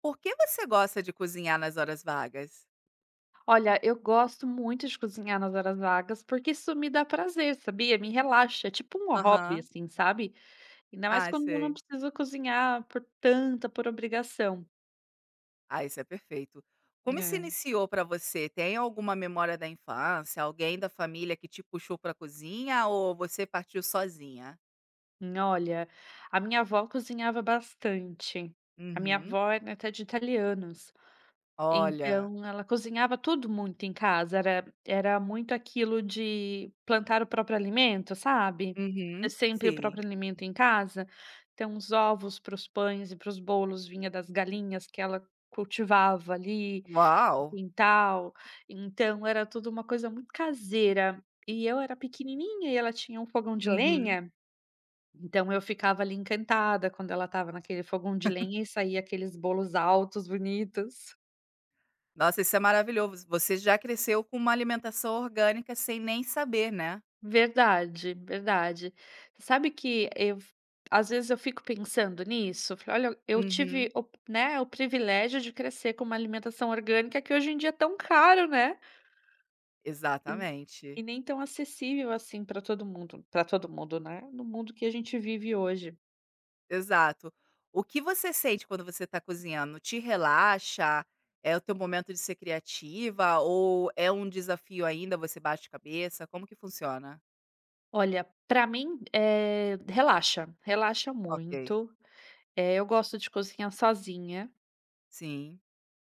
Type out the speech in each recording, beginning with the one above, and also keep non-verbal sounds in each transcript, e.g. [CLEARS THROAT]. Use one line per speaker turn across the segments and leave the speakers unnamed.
Por que você gosta de cozinhar nas horas vagas?
Olha, eu gosto muito de cozinhar nas horas vagas, porque isso me dá prazer, sabia? Me relaxa, é tipo um hobby,
Aham.
assim, sabe? Ainda mais
Ah,
quando eu não
sei.
preciso cozinhar por obrigação.
Ah, isso é perfeito. Como isso
É.
iniciou para você? Tem alguma memória da infância, alguém da família que te puxou pra cozinha ou você partiu sozinha?
Olha, a minha avó cozinhava bastante. A minha
Uhum.
avó é neta de italianos.
Olha.
Então ela cozinhava tudo muito em casa, era muito aquilo de plantar o próprio alimento, sabe? É
Uhum.
sempre o
Sim.
próprio alimento em casa, então os ovos para os pães e para os bolos vinha das galinhas que ela cultivava ali,
Uau!
quintal, então era tudo uma coisa muito caseira. E eu era pequenininha e ela tinha um fogão de
Uhum.
lenha, então eu ficava ali encantada quando ela estava naquele fogão de lenha e saía aqueles bolos altos, bonitos.
Nossa, isso é maravilhoso. Você já cresceu com uma alimentação orgânica sem nem saber, né?
Verdade, verdade. Sabe que eu às vezes eu fico pensando nisso, falei: "Olha, eu tive
Uhum.
o, né, o privilégio de crescer com uma alimentação orgânica que hoje em dia é tão caro, né, e
Exatamente.
e nem tão acessível assim para todo mundo, né, no mundo que a gente vive hoje".
Exato. O que você sente quando você está cozinhando? Te relaxa? É o teu momento de ser criativa ou é um desafio ainda, você bate cabeça? Como que funciona?
Olha, para mim, relaxa, relaxa
Ok,
muito. Eu gosto de cozinhar sozinha,
sim.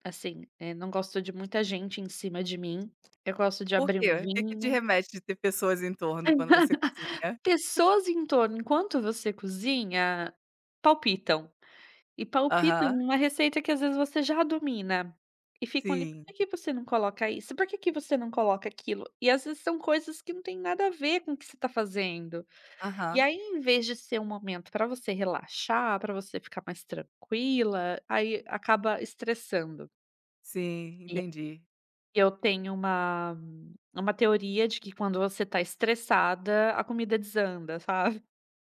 assim, não gosto de muita gente em cima de mim. Eu gosto de
Por
abrir
quê?
um
O que que te
vinho.
remete de ter pessoas em torno quando você cozinha?
Pessoas em torno, enquanto você cozinha, palpitam. E palpitam
Aham,
numa receita que às vezes você já domina. E ficam ali: "Por que
sim.
que você não coloca isso? Por que que você não coloca aquilo?". E às vezes são coisas que não têm nada a ver com o que você está fazendo. E
Aham,
aí, em vez de ser um momento para você relaxar, para você ficar mais tranquila, aí acaba estressando.
sim,
E aí
entendi.
eu tenho uma teoria de que quando você tá estressada, a comida desanda, sabe.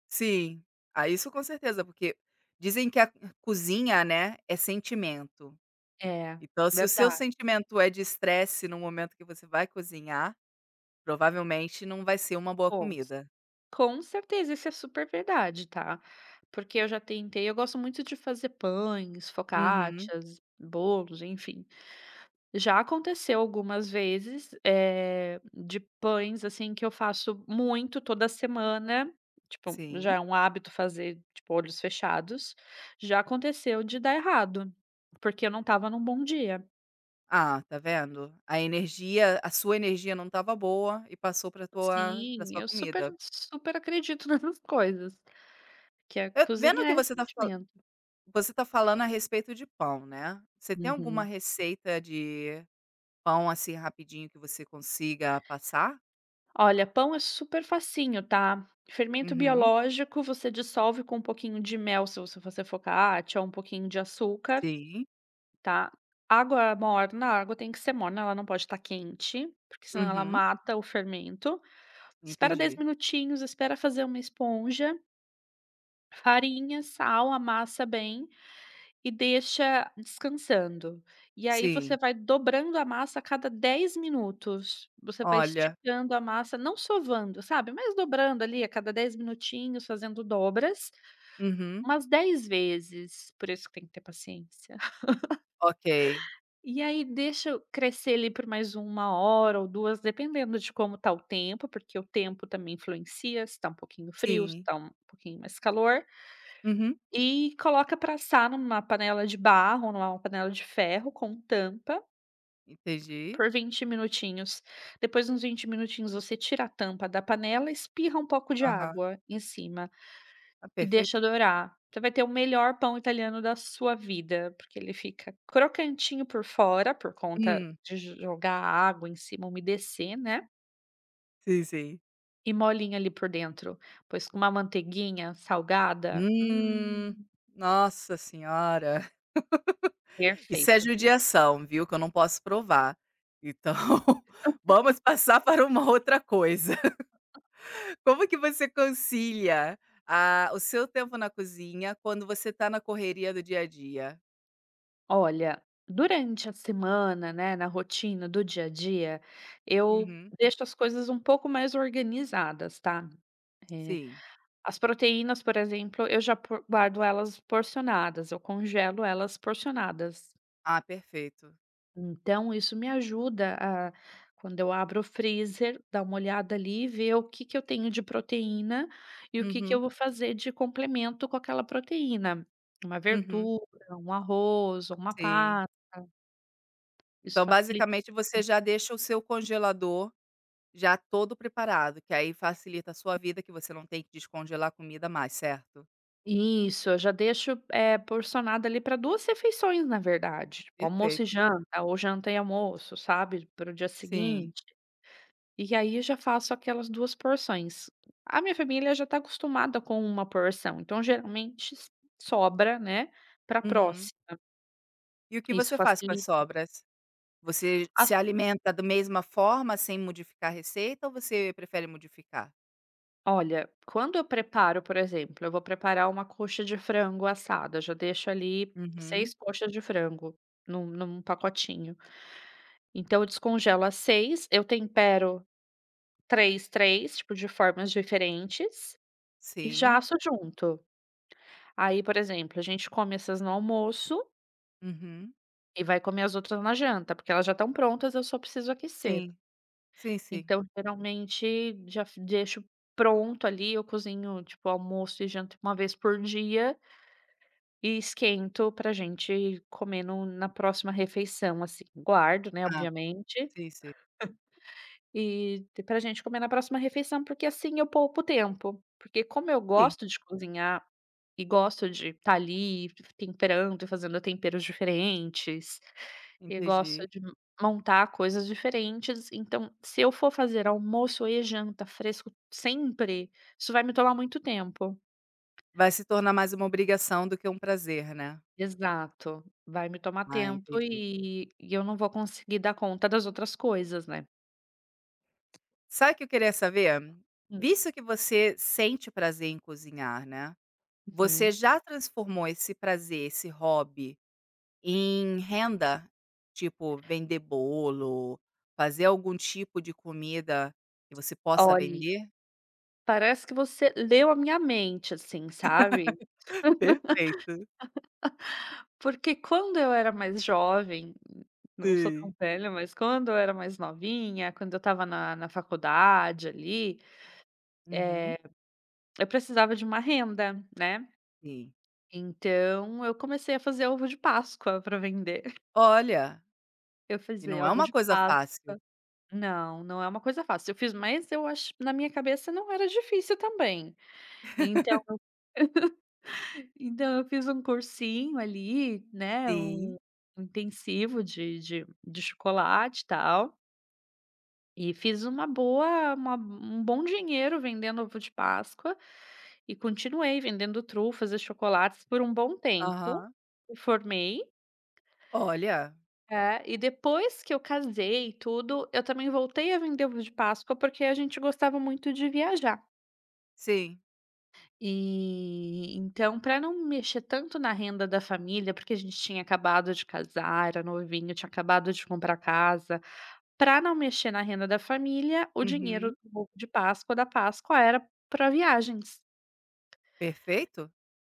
Sim. Ah, isso com certeza, porque dizem que a cozinha, né, é sentimento.
É,
Então, se o seu
verdade.
sentimento é de estresse no momento que você vai cozinhar, provavelmente não vai ser uma boa
Pontos.
comida.
Com certeza, isso é super verdade, tá. Porque eu já tentei eu gosto muito de fazer pães,
Uhum,
focaccias, bolos, enfim. Já aconteceu algumas vezes, de pães, assim, que eu faço muito toda semana, tipo, já
sim.
é um hábito fazer, tipo, olhos fechados. Já aconteceu de dar errado, porque eu não estava num bom dia.
Ah, tá vendo? A energia, a sua energia não estava boa e passou para tua para
Sim,
sua
eu super
comida.
super acredito [LAUGHS] nessas coisas, que a
Eu vendo que
cozinha é
você tá fa
sentimento.
você tá falando a respeito de pão, né. Você tem alguma
Uhum.
receita de pão, assim, rapidinho que você consiga passar?
Olha, pão é super facinho, tá? Fermento
Uhum,
biológico você dissolve com um pouquinho de mel, se você fazer focaccia, ou um pouquinho de açúcar,
sim.
tá? Água morna, a água tem que ser morna, ela não pode estar quente, porque senão ela
Uhum,
mata o fermento. Espera 10
entendi.
minutinhos, espera fazer uma esponja, farinha, sal, amassa bem. E deixa descansando. E aí você
Sim.
vai dobrando a massa a cada 10 minutos. Você vai
Olha,
esticando a massa, não sovando, sabe, mas dobrando ali a cada 10 minutinhos, fazendo dobras,
uhum,
umas 10 vezes, por isso que tem que ter paciência. [LAUGHS]
ok.
E aí deixa crescer ali por mais uma hora ou 2 dependendo de como tá o tempo, porque o tempo também influencia, se tá um pouquinho frio, se
Sim.
tá um pouquinho mais calor,
Uhum,
e coloca para assar numa panela de barro, numa panela de ferro com tampa,
entendi.
por 20 minutinhos. Depois de uns 20 minutinhos, você tira a tampa da panela, espirra um pouco de
Aham.
água em cima
Ah,
e deixa
perfeito.
dourar. Você vai ter o melhor pão italiano da sua vida, porque ele fica crocantinho por fora, por conta
Hum.
de jo jogar a água em cima, umedecer, né,
Sim, sim.
e molinho ali por dentro. Pois com uma manteiguinha salgada,
Hum, nossa senhora. [LAUGHS] Isso é
perfeito.
judiação, viu, que eu não posso provar. Então, [LAUGHS] vamos passar para uma outra coisa. [LAUGHS] Como que você concilia, ah, o seu tempo na cozinha quando você está na correria do dia a dia?
Olha, durante a semana, né, na rotina do dia a dia, eu
Uhum,
deixo as coisas um pouco mais organizadas, tá? Eh,
sim.
as proteínas, por exemplo, eu já guardo elas porcionadas, eu congelo elas porcionadas.
Ah, perfeito.
Então, isso me ajuda a, quando eu abro o freezer, dar uma olhada ali e ver o que que eu tenho de proteína e o que que eu
Uhum,
vou fazer de complemento com aquela proteína. Uma
uhum,
verdura, um arroz, uma
sim.
pasta, isso
Então,
facilita.
basicamente, você já deixa o seu congelador já todo preparado, que aí facilita a sua vida, que você não tem que descongelar comida mais, certo?
Isso, eu já deixo, porcionado ali para 2 refeições, na verdade, tipo almoço e
Perfeito.
janta, ou janta e almoço, sabe, para o dia
Sim.
seguinte. E aí eu já faço aquelas 2 porções. A minha família já está acostumada com uma porção, então geralmente s sobra, né, para
Uhum.
próxima.
E o que
Isso
você faz com as
facilita
sobras? Você
as
se alimenta da mesma forma, sem modificar a receita, ou você prefere modificar?
olha, quando eu preparo, por exemplo, eu vou preparar uma coxa de frango assada, já deixo ali
Uhum.
6 coxas de frango num pacotinho. Então eu descongelo às 6, eu tempero três tipo, de formas diferentes, e já
Sim.
asso junto. Aí, por exemplo, a gente come essas no almoço
Uhum.
e vai comer as outras na janta, porque elas já estão prontas, eu só preciso aquecer.
Sim. Sim, sim.
Então, geralmente, já f deixo pronto ali, eu cozinho, tipo, almoço e janta uma vez por dia e esquento pra gente comer no na próxima refeição, assim. Guardo, né,
Ah,
obviamente,
sim, sim.
e pra gente comer na próxima refeição, porque assim eu poupo tempo. Porque como eu
Sim,
gosto de cozinhar e gosto de estar ali temperando e fazendo temperos diferentes, e gosto
entendi.
de montar coisas diferentes, então se eu for fazer almoço e janta fresco sempre, isso vai me tomar muito tempo.
Vai se tornar mais uma obrigação do que um prazer, né.
Exato, vai me tomar
Ah,
tempo
entendi.
e eu não vou conseguir dar conta das outras coisas, né.
Sabe o que eu queria saber?
Hum.
Visto que você sente prazer em cozinhar, né, você
Uhum.
já transformou esse prazer, esse hobby em renda, tipo vender bolo, fazer algum tipo de comida que você possa
Olha.
vender?
Parece que você leu a minha mente, assim, sabe.
Perfeito,
Porque quando eu era mais jovem, não sou tão
sim.
velha, mas quando eu era mais novinha, quando eu estava na faculdade ali,
Uhum,
eh, eu precisava de uma renda, né.
sim.
Então eu comecei a fazer ovo de Páscoa para vender. [LAUGHS]
Olha,
Eu
e não
fazia
é
ovo
uma
de
coisa
Páscoa.
fácil.
Não, não é uma coisa fácil. Eu fiz mas eu acho na minha cabeça não era difícil também. Então. Então, eu fiz um cursinho ali, né, um
Sim.
intensivo de chocolate, e tal, e fiz uma boa uma um bom dinheiro vendendo ovo de Páscoa e continuei vendendo trufas e chocolates por um bom tempo.
Aham.
Me formei,
Olha,
é, e depois que eu casei e tudo, eu também voltei a vender ovo de Páscoa, porque a gente gostava muito de viajar.
sim.
E então, para não mexer tanto na renda da família, porque a gente tinha acabado de casar, era novinho, tinha acabado de comprar casa, para não mexer na renda da família, o dinheiro
Uhum.
do bolo de Páscoa, da Páscoa, era para viagens.
Perfeito.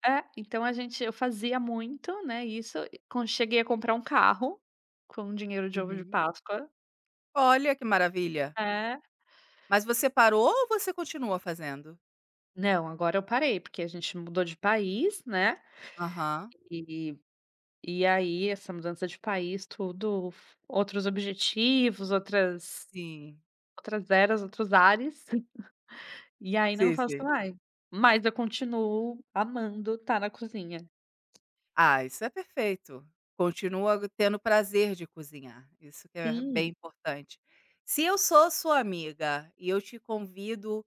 É, então a gente eu fazia muito, né, isso, com cheguei a comprar um carro com dinheiro de ovo de
Uhum.
Páscoa.
Olha que maravilha.
É.
Mas você parou ou você continua fazendo?
Não, agora eu parei, porque a gente mudou de país, né.
Aham,
E aí, essa mudança de país, tudo, outros objetivos, outras
sim.
outras eras, outros ares, [LAUGHS] e aí não
Sim,
faço
sei.
mais. Mas eu continuo amando estar na cozinha.
Ah, isso é perfeito. Continua tendo prazer de cozinhar, isso que é bem
Sim.
importante. Se eu sou sua amiga e eu te convido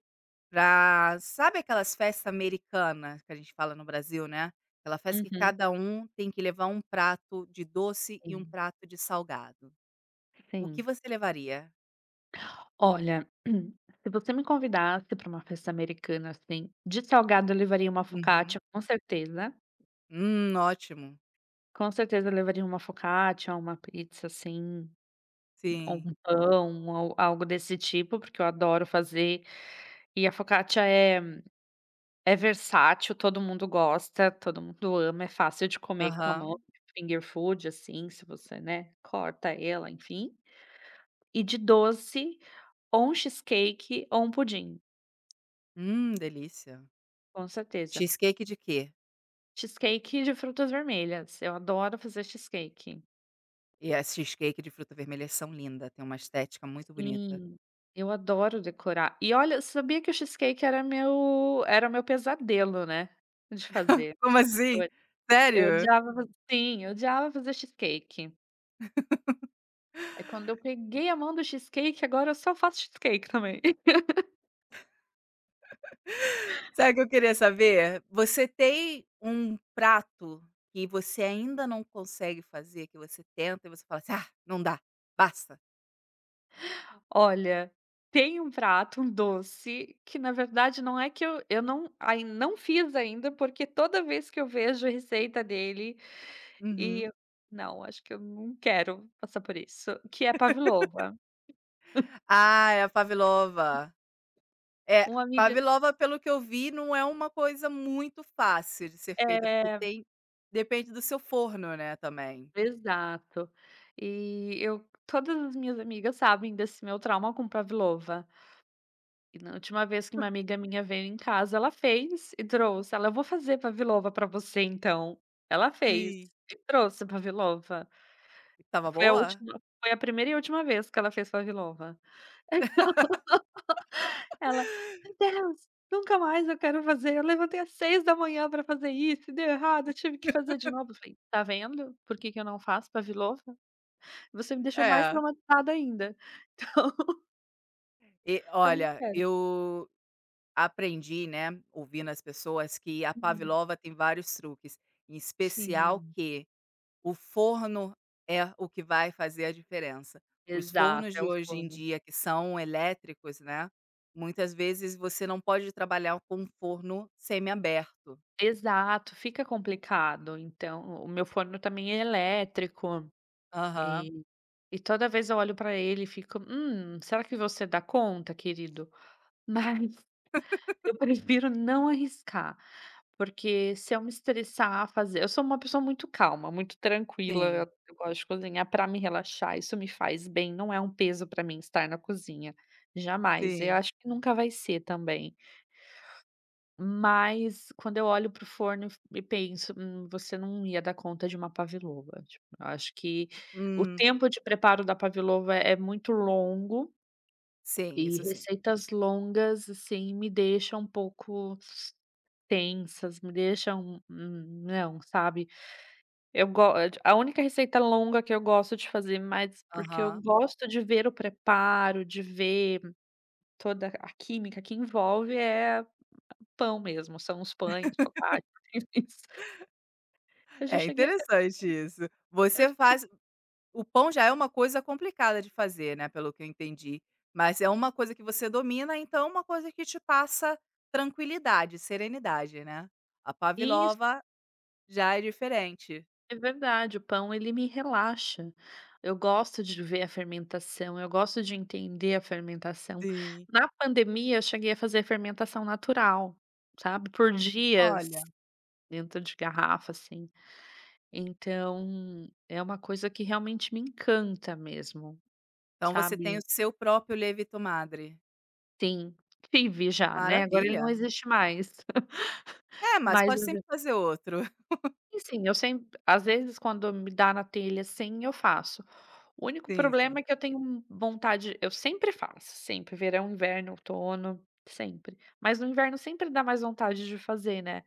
para, sabe, aquelas festas americanas que a gente fala no Brasil, né, aquela festa que
Uhum.
cada um tem que levar um prato de doce e um
Sim,
prato de salgado. O que
sim.
você levaria?
Olha, [CLEARS THROAT] se você me convidasse para uma festa americana, assim, de salgado eu levaria uma
Uhum.
focaccia, com certeza.
Ótimo.
Com certeza eu levaria uma focaccia, uma pizza, assim, ou
Sim.
um pão, ou algo desse tipo, porque eu adoro fazer. E a focaccia é versátil, todo mundo gosta, todo mundo ama, é fácil de comer com a mão,
Aham.
finger food, assim, se você, né, corta ela, enfim. E de doce, ou um cheesecake ou um pudim,
Delícia.
com certeza.
Cheesecake de quê?
Cheesecake de frutas vermelhas, eu adoro fazer cheesecake.
E as cheesecake de fruta vermelha são linda, tem uma estética muito bonita.
Sim, eu adoro decorar. E olha, sabia que o cheesecake era meu pesadelo, né, de fazer.
Como assim?
Eu eu
Sério?
odiava sim, eu odiava fazer cheesecake. É quando eu peguei a mão do cheesecake, agora eu só faço cheesecake também. [LAUGHS]
Sabe o que eu queria saber? Você tem um prato que você ainda não consegue fazer, que você tenta e você fala assim: "Ah, não dá, basta"?
Olha, tem um prato, um doce, que na verdade não é que eu não fiz ainda, porque toda vez que eu vejo a receita dele
Uhum.
eu não, acho que eu não quero passar por isso, que é pavlova.
Ah, é a pavlova. É,
Uma amiga.
pavlova, pelo que eu vi, não é uma coisa muito fácil de ser feita, porque
É,
tem depende do seu forno, né, também.
exato. E eu todas as minhas amigas sabem desse meu trauma com pavlova. E na última vez que uma amiga minha veio em casa, ela fez e trouxe. Ela: "Eu vou fazer pavlova pra você então". Ela fez
Sim.
e trouxe pavlova.
Estava
Foi a
boa?
última foi a primeira e última vez que ela fez pavlova. Ela: "Meu Deus, nunca mais eu quero fazer. Eu levantei às 6 da manhã pra fazer isso e deu errado, eu tive que fazer de novo". Eu falei: "Tá vendo por que que eu não faço pavlova? Você me deixou mais
É.
traumatizada ainda,
E
então não
olha,
quero".
eu aprendi, né, ouvindo as pessoas, que a
Uhum.
pavlova tem vários truques, em especial
Sim,
que o forno é o que vai fazer a diferença. Os
exato,
fornos
é
de
o
hoje em
forno.
dia que são elétricos, né, muitas vezes você não pode trabalhar com um forno aberto.
Exato, fica complicado. Então, o meu forno também é elétrico,
Aham,
e e toda vez eu olho para ele e fico: será que você dá conta, querido? Mas [LAUGHS] eu prefiro não arriscar, porque se eu me estressar a fazer eu sou uma pessoa muito calma, muito tranquila,
sim,
eu gosto de cozinhar para me relaxar, isso me faz bem, não é um peso para mim estar na cozinha, jamais, eu
sim.
acho que nunca vai ser também. Mas quando eu olho pro forno e penso: você não ia dar conta de uma pavilova, tipo, eu acho que o
Hum,
tempo de preparo da pavilova é muito longo
sim,
e
isso sim.
receitas longas, assim, me deixam um pouco tensas, me deixam, não, sabe. A única receita longa que eu gosto de fazer, mas porque eu
Aham.
gosto de ver o preparo, de ver toda a química que envolve, é pão mesmo, são os pães, focaccia, [LAUGHS] enfim. Eu já
É
cheguei a
interessante isso.
eu
Você
já che
faz. O pão já é uma coisa complicada de fazer, né, pelo que eu entendi, mas é uma coisa que você domina, então é uma coisa que te passa tranquilidade, serenidade, né. A
Isso,
pavlova já é diferente.
é verdade, o pão ele me relaxa. Eu gosto de ver a fermentação, eu gosto de entender a fermentação.
Sim.
Na pandemia eu cheguei a fazer fermentação natural, sabe, por dias
Olha,
dentro de garrafa, assim. Então, é uma coisa que realmente me encanta mesmo,
então você tem
sabe.
o seu próprio levito madre.
Sim, tive já, né, agora ele
Maravilha.
não existe mais. [LAUGHS]
É, mas
Mas
pode sempre
[UNINTELLIGIBLE]
fazer outro. [LAUGHS]
e sim, eu sempre às vezes quando me dá na telha, sim eu faço. O único
Sim,
problema
sim.
é que eu tenho vontade eu sempre faço, sempre, verão, inverno, outono, sempre. Mas no inverno sempre dá mais vontade de fazer, né.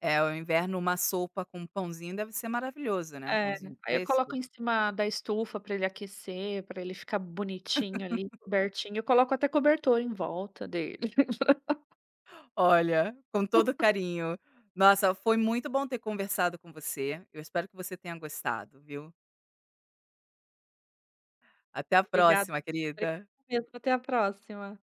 É, o inverno uma sopa com um pãozinho deve ser maravilhoso, né, um
É,
pãozinho
aí eu coloco
fresco.
em cima da estufa para ele aquecer, para ele ficar bonitinho ali, cobertinho, eu coloco até cobertor em volta dele. [LAUGHS]
Olha, com todo carinho. Nossa, foi muito bom ter conversado com você. Eu espero que você tenha gostado, viu. Até a
Obrigada,
próxima,
obrigada
querida.
mesmo, até a próxima.